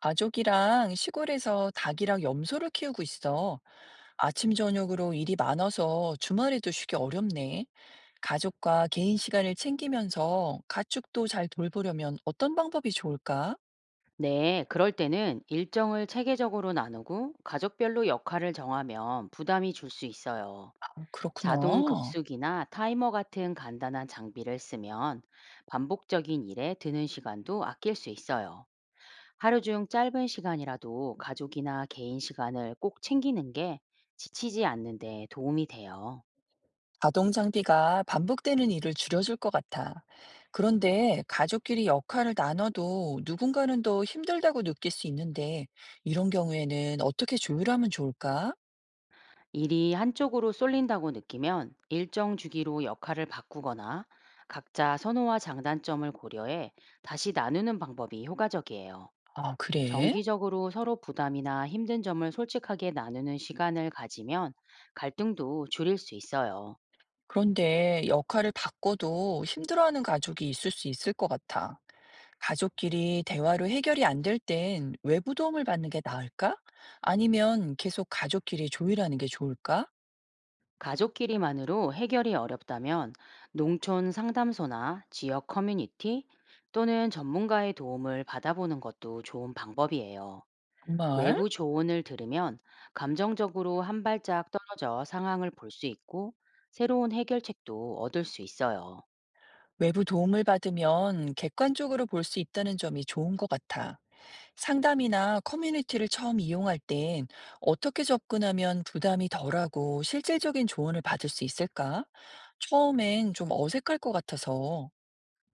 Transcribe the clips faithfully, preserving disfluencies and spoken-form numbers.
가족이랑 시골에서 닭이랑 염소를 키우고 있어. 아침 저녁으로 일이 많아서 주말에도 쉬기 어렵네. 가족과 개인 시간을 챙기면서 가축도 잘 돌보려면 어떤 방법이 좋을까? 네, 그럴 때는 일정을 체계적으로 나누고 가족별로 역할을 정하면 부담이 줄 수 있어요. 아, 자동 그렇구나. 급수기나 타이머 같은 간단한 장비를 쓰면 반복적인 일에 드는 시간도 아낄 수 있어요. 하루 중 짧은 시간이라도 가족이나 개인 시간을 꼭 챙기는 게 지치지 않는 데 도움이 돼요. 자동 장비가 반복되는 일을 줄여줄 것 같아. 그런데 가족끼리 역할을 나눠도 누군가는 더 힘들다고 느낄 수 있는데 이런 경우에는 어떻게 조율하면 좋을까? 일이 한쪽으로 쏠린다고 느끼면 일정 주기로 역할을 바꾸거나 각자 선호와 장단점을 고려해 다시 나누는 방법이 효과적이에요. 아, 그래? 정기적으로 서로 부담이나 힘든 점을 솔직하게 나누는 시간을 가지면 갈등도 줄일 수 있어요. 그런데 역할을 바꿔도 힘들어하는 가족이 있을 수 있을 것 같아. 가족끼리 대화로 해결이 안 될 땐 외부 도움을 받는 게 나을까? 아니면 계속 가족끼리 조율하는 게 좋을까? 가족끼리만으로 해결이 어렵다면 농촌 상담소나 지역 커뮤니티 또는 전문가의 도움을 받아보는 것도 좋은 방법이에요. 정말? 외부 조언을 들으면 감정적으로 한 발짝 떨어져 상황을 볼 수 있고 새로운 해결책도 얻을 수 있어요. 외부 도움을 받으면 객관적으로 볼 수 있다는 점이 좋은 것 같아. 상담이나 커뮤니티를 처음 이용할 땐 어떻게 접근하면 부담이 덜하고 실질적인 조언을 받을 수 있을까? 처음엔 좀 어색할 것 같아서.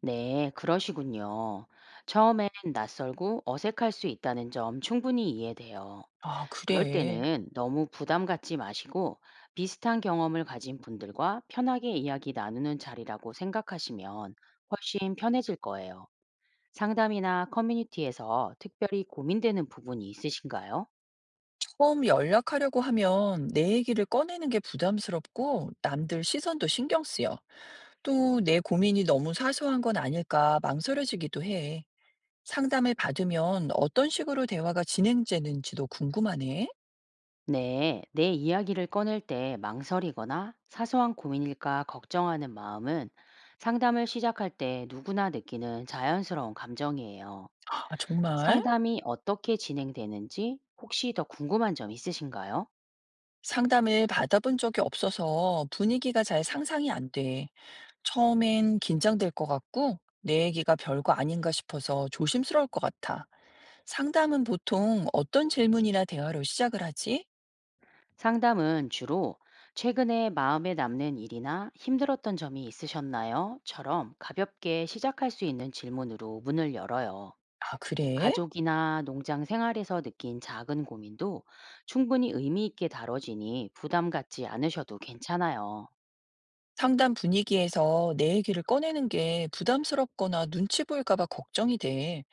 네, 그러시군요. 처음엔 낯설고 어색할 수 있다는 점 충분히 이해돼요. 아, 그럴 그래. 때는 너무 부담 갖지 마시고 비슷한 경험을 가진 분들과 편하게 이야기 나누는 자리라고 생각하시면 훨씬 편해질 거예요. 상담이나 커뮤니티에서 특별히 고민되는 부분이 있으신가요? 처음 연락하려고 하면 내 얘기를 꺼내는 게 부담스럽고 남들 시선도 신경 쓰여. 또 내 고민이 너무 사소한 건 아닐까 망설여지기도 해. 상담을 받으면 어떤 식으로 대화가 진행되는지도 궁금하네. 네, 내 이야기를 꺼낼 때 망설이거나 사소한 고민일까 걱정하는 마음은 상담을 시작할 때 누구나 느끼는 자연스러운 감정이에요. 아, 정말? 상담이 어떻게 진행되는지 혹시 더 궁금한 점 있으신가요? 상담을 받아본 적이 없어서 분위기가 잘 상상이 안 돼. 처음엔 긴장될 것 같고 내 얘기가 별거 아닌가 싶어서 조심스러울 것 같아. 상담은 보통 어떤 질문이나 대화로 시작을 하지? 상담은 주로 "최근에 마음에 남는 일이나 힘들었던 점이 있으셨나요? 처럼 가볍게 시작할 수 있는 질문으로 문을 열어요. 아, 그래? 가족이나 농장 생활에서 느낀 작은 고민도 충분히 의미 있게 다뤄지니 부담 갖지 않으셔도 괜찮아요. 상담 분위기에서 내 얘기를 꺼내는 게 부담스럽거나 눈치 보일까 봐 걱정이 돼.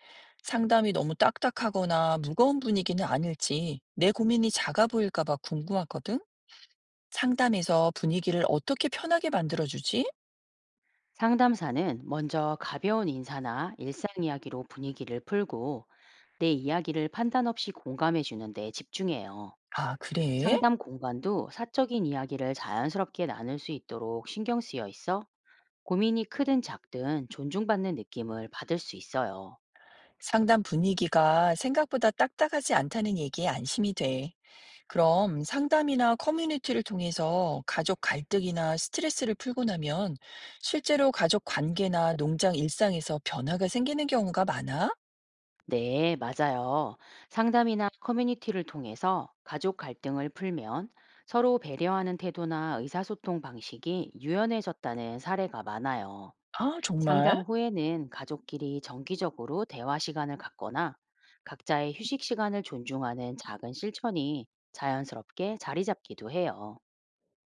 상담이 너무 딱딱하거나 무거운 분위기는 아닐지 내 고민이 작아 보일까 봐 궁금하거든? 상담에서 분위기를 어떻게 편하게 만들어주지? 상담사는 먼저 가벼운 인사나 일상 이야기로 분위기를 풀고 내 이야기를 판단 없이 공감해 주는데 집중해요. 아, 그래? 상담 공간도 사적인 이야기를 자연스럽게 나눌 수 있도록 신경 쓰여 있어 고민이 크든 작든 존중받는 느낌을 받을 수 있어요. 상담 분위기가 생각보다 딱딱하지 않다는 얘기에 안심이 돼. 그럼 상담이나 커뮤니티를 통해서 가족 갈등이나 스트레스를 풀고 나면 실제로 가족 관계나 농장 일상에서 변화가 생기는 경우가 많아? 네, 맞아요. 상담이나 커뮤니티를 통해서 가족 갈등을 풀면 서로 배려하는 태도나 의사소통 방식이 유연해졌다는 사례가 많아요. 아, 정말? 상담 후에는 가족끼리 정기적으로 대화 시간을 갖거나 각자의 휴식 시간을 존중하는 작은 실천이 자연스럽게 자리 잡기도 해요.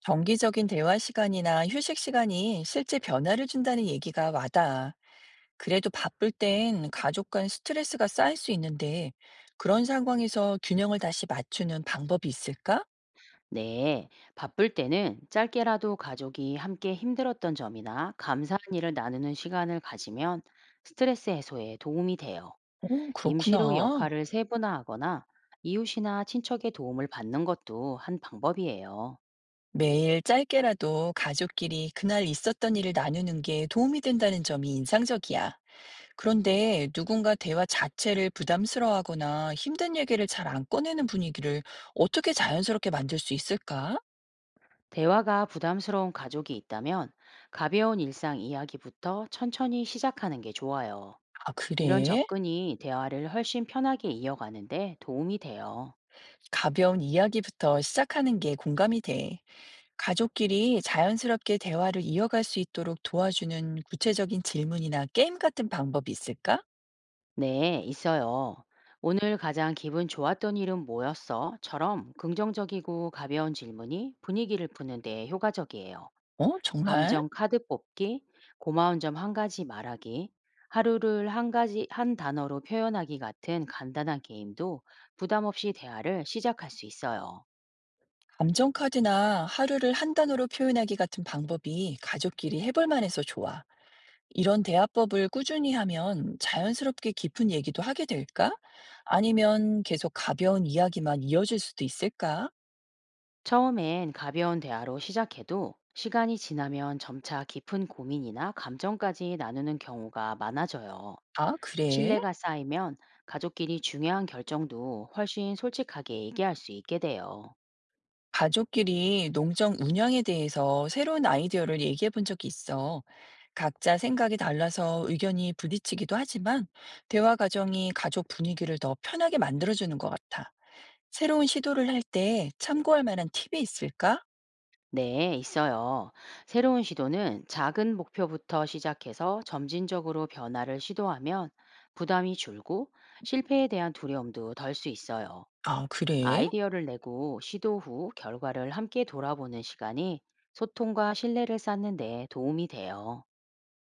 정기적인 대화 시간이나 휴식 시간이 실제 변화를 준다는 얘기가 와닿아. 그래도 바쁠 땐 가족 간 스트레스가 쌓일 수 있는데 그런 상황에서 균형을 다시 맞추는 방법이 있을까? 네, 바쁠 때는 짧게라도 가족이 함께 힘들었던 점이나 감사한 일을 나누는 시간을 가지면 스트레스 해소에 도움이 돼요. 오, 임시로 그렇구나. 역할을 세분화하거나 이웃이나 친척의 도움을 받는 것도 한 방법이에요. 매일 짧게라도 가족끼리 그날 있었던 일을 나누는 게 도움이 된다는 점이 인상적이야. 그런데 누군가 대화 자체를 부담스러워하거나 힘든 얘기를 잘 안 꺼내는 분위기를 어떻게 자연스럽게 만들 수 있을까? 대화가 부담스러운 가족이 있다면 가벼운 일상 이야기부터 천천히 시작하는 게 좋아요. 아, 이런 그래? 접근이 대화를 훨씬 편하게 이어가는데 도움이 돼요. 가벼운 이야기부터 시작하는 게 공감이 돼. 가족끼리 자연스럽게 대화를 이어갈 수 있도록 도와주는 구체적인 질문이나 게임 같은 방법이 있을까? 네, 있어요. "오늘 가장 기분 좋았던 일은 뭐였어? 처럼 긍정적이고 가벼운 질문이 분위기를 푸는 데 효과적이에요. 어, 정말? 감정 카드 뽑기, 고마운 점 한 가지 말하기, 하루를 한 가지 한 단어로 표현하기 같은 간단한 게임도 부담 없이 대화를 시작할 수 있어요. 감정카드나 하루를 한 단어로 표현하기 같은 방법이 가족끼리 해볼 만해서 좋아. 이런 대화법을 꾸준히 하면 자연스럽게 깊은 얘기도 하게 될까? 아니면 계속 가벼운 이야기만 이어질 수도 있을까? 처음엔 가벼운 대화로 시작해도 시간이 지나면 점차 깊은 고민이나 감정까지 나누는 경우가 많아져요. 아, 그래? 신뢰가 쌓이면 가족끼리 중요한 결정도 훨씬 솔직하게 얘기할 수 있게 돼요. 가족끼리 농장 운영에 대해서 새로운 아이디어를 얘기해 본 적이 있어. 각자 생각이 달라서 의견이 부딪히기도 하지만 대화 과정이 가족 분위기를 더 편하게 만들어주는 것 같아. 새로운 시도를 할 때 참고할 만한 팁이 있을까? 네, 있어요. 새로운 시도는 작은 목표부터 시작해서 점진적으로 변화를 시도하면 부담이 줄고 실패에 대한 두려움도 덜 수 있어요. 아, 그래? 아이디어를 내고 시도 후 결과를 함께 돌아보는 시간이 소통과 신뢰를 쌓는 데 도움이 돼요.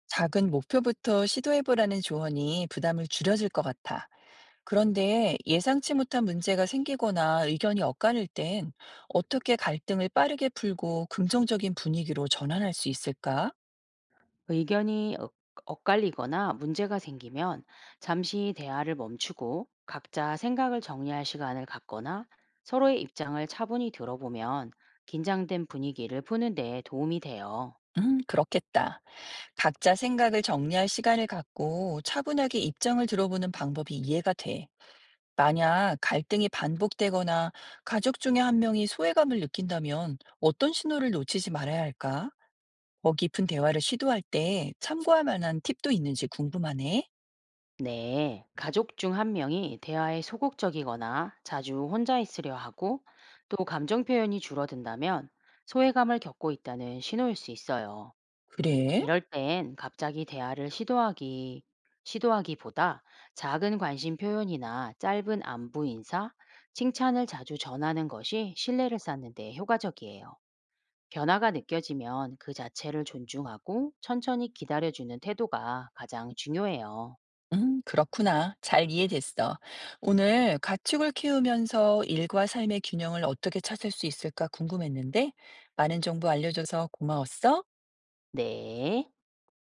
작은 목표부터 시도해보라는 조언이 부담을 줄여줄 것 같아. 그런데 예상치 못한 문제가 생기거나 의견이 엇갈릴 땐 어떻게 갈등을 빠르게 풀고 긍정적인 분위기로 전환할 수 있을까? 그 의견이 엇- 엇갈리거나 문제가 생기면 잠시 대화를 멈추고 각자 생각을 정리할 시간을 갖거나 서로의 입장을 차분히 들어보면 긴장된 분위기를 푸는 데 도움이 돼요. 음, 그렇겠다. 각자 생각을 정리할 시간을 갖고 차분하게 입장을 들어보는 방법이 이해가 돼. 만약 갈등이 반복되거나 가족 중에 한 명이 소외감을 느낀다면 어떤 신호를 놓치지 말아야 할까? 더 깊은 대화를 시도할 때 참고할 만한 팁도 있는지 궁금하네. 네, 가족 중 한 명이 대화에 소극적이거나 자주 혼자 있으려 하고 또 감정 표현이 줄어든다면 소외감을 겪고 있다는 신호일 수 있어요. 그래? 이럴 땐 갑자기 대화를 시도하기, 시도하기보다 작은 관심 표현이나 짧은 안부 인사, 칭찬을 자주 전하는 것이 신뢰를 쌓는 데 효과적이에요. 변화가 느껴지면 그 자체를 존중하고 천천히 기다려주는 태도가 가장 중요해요. 음, 그렇구나. 잘 이해됐어. 오늘 가축을 키우면서 일과 삶의 균형을 어떻게 찾을 수 있을까 궁금했는데 많은 정보 알려줘서 고마웠어. 네.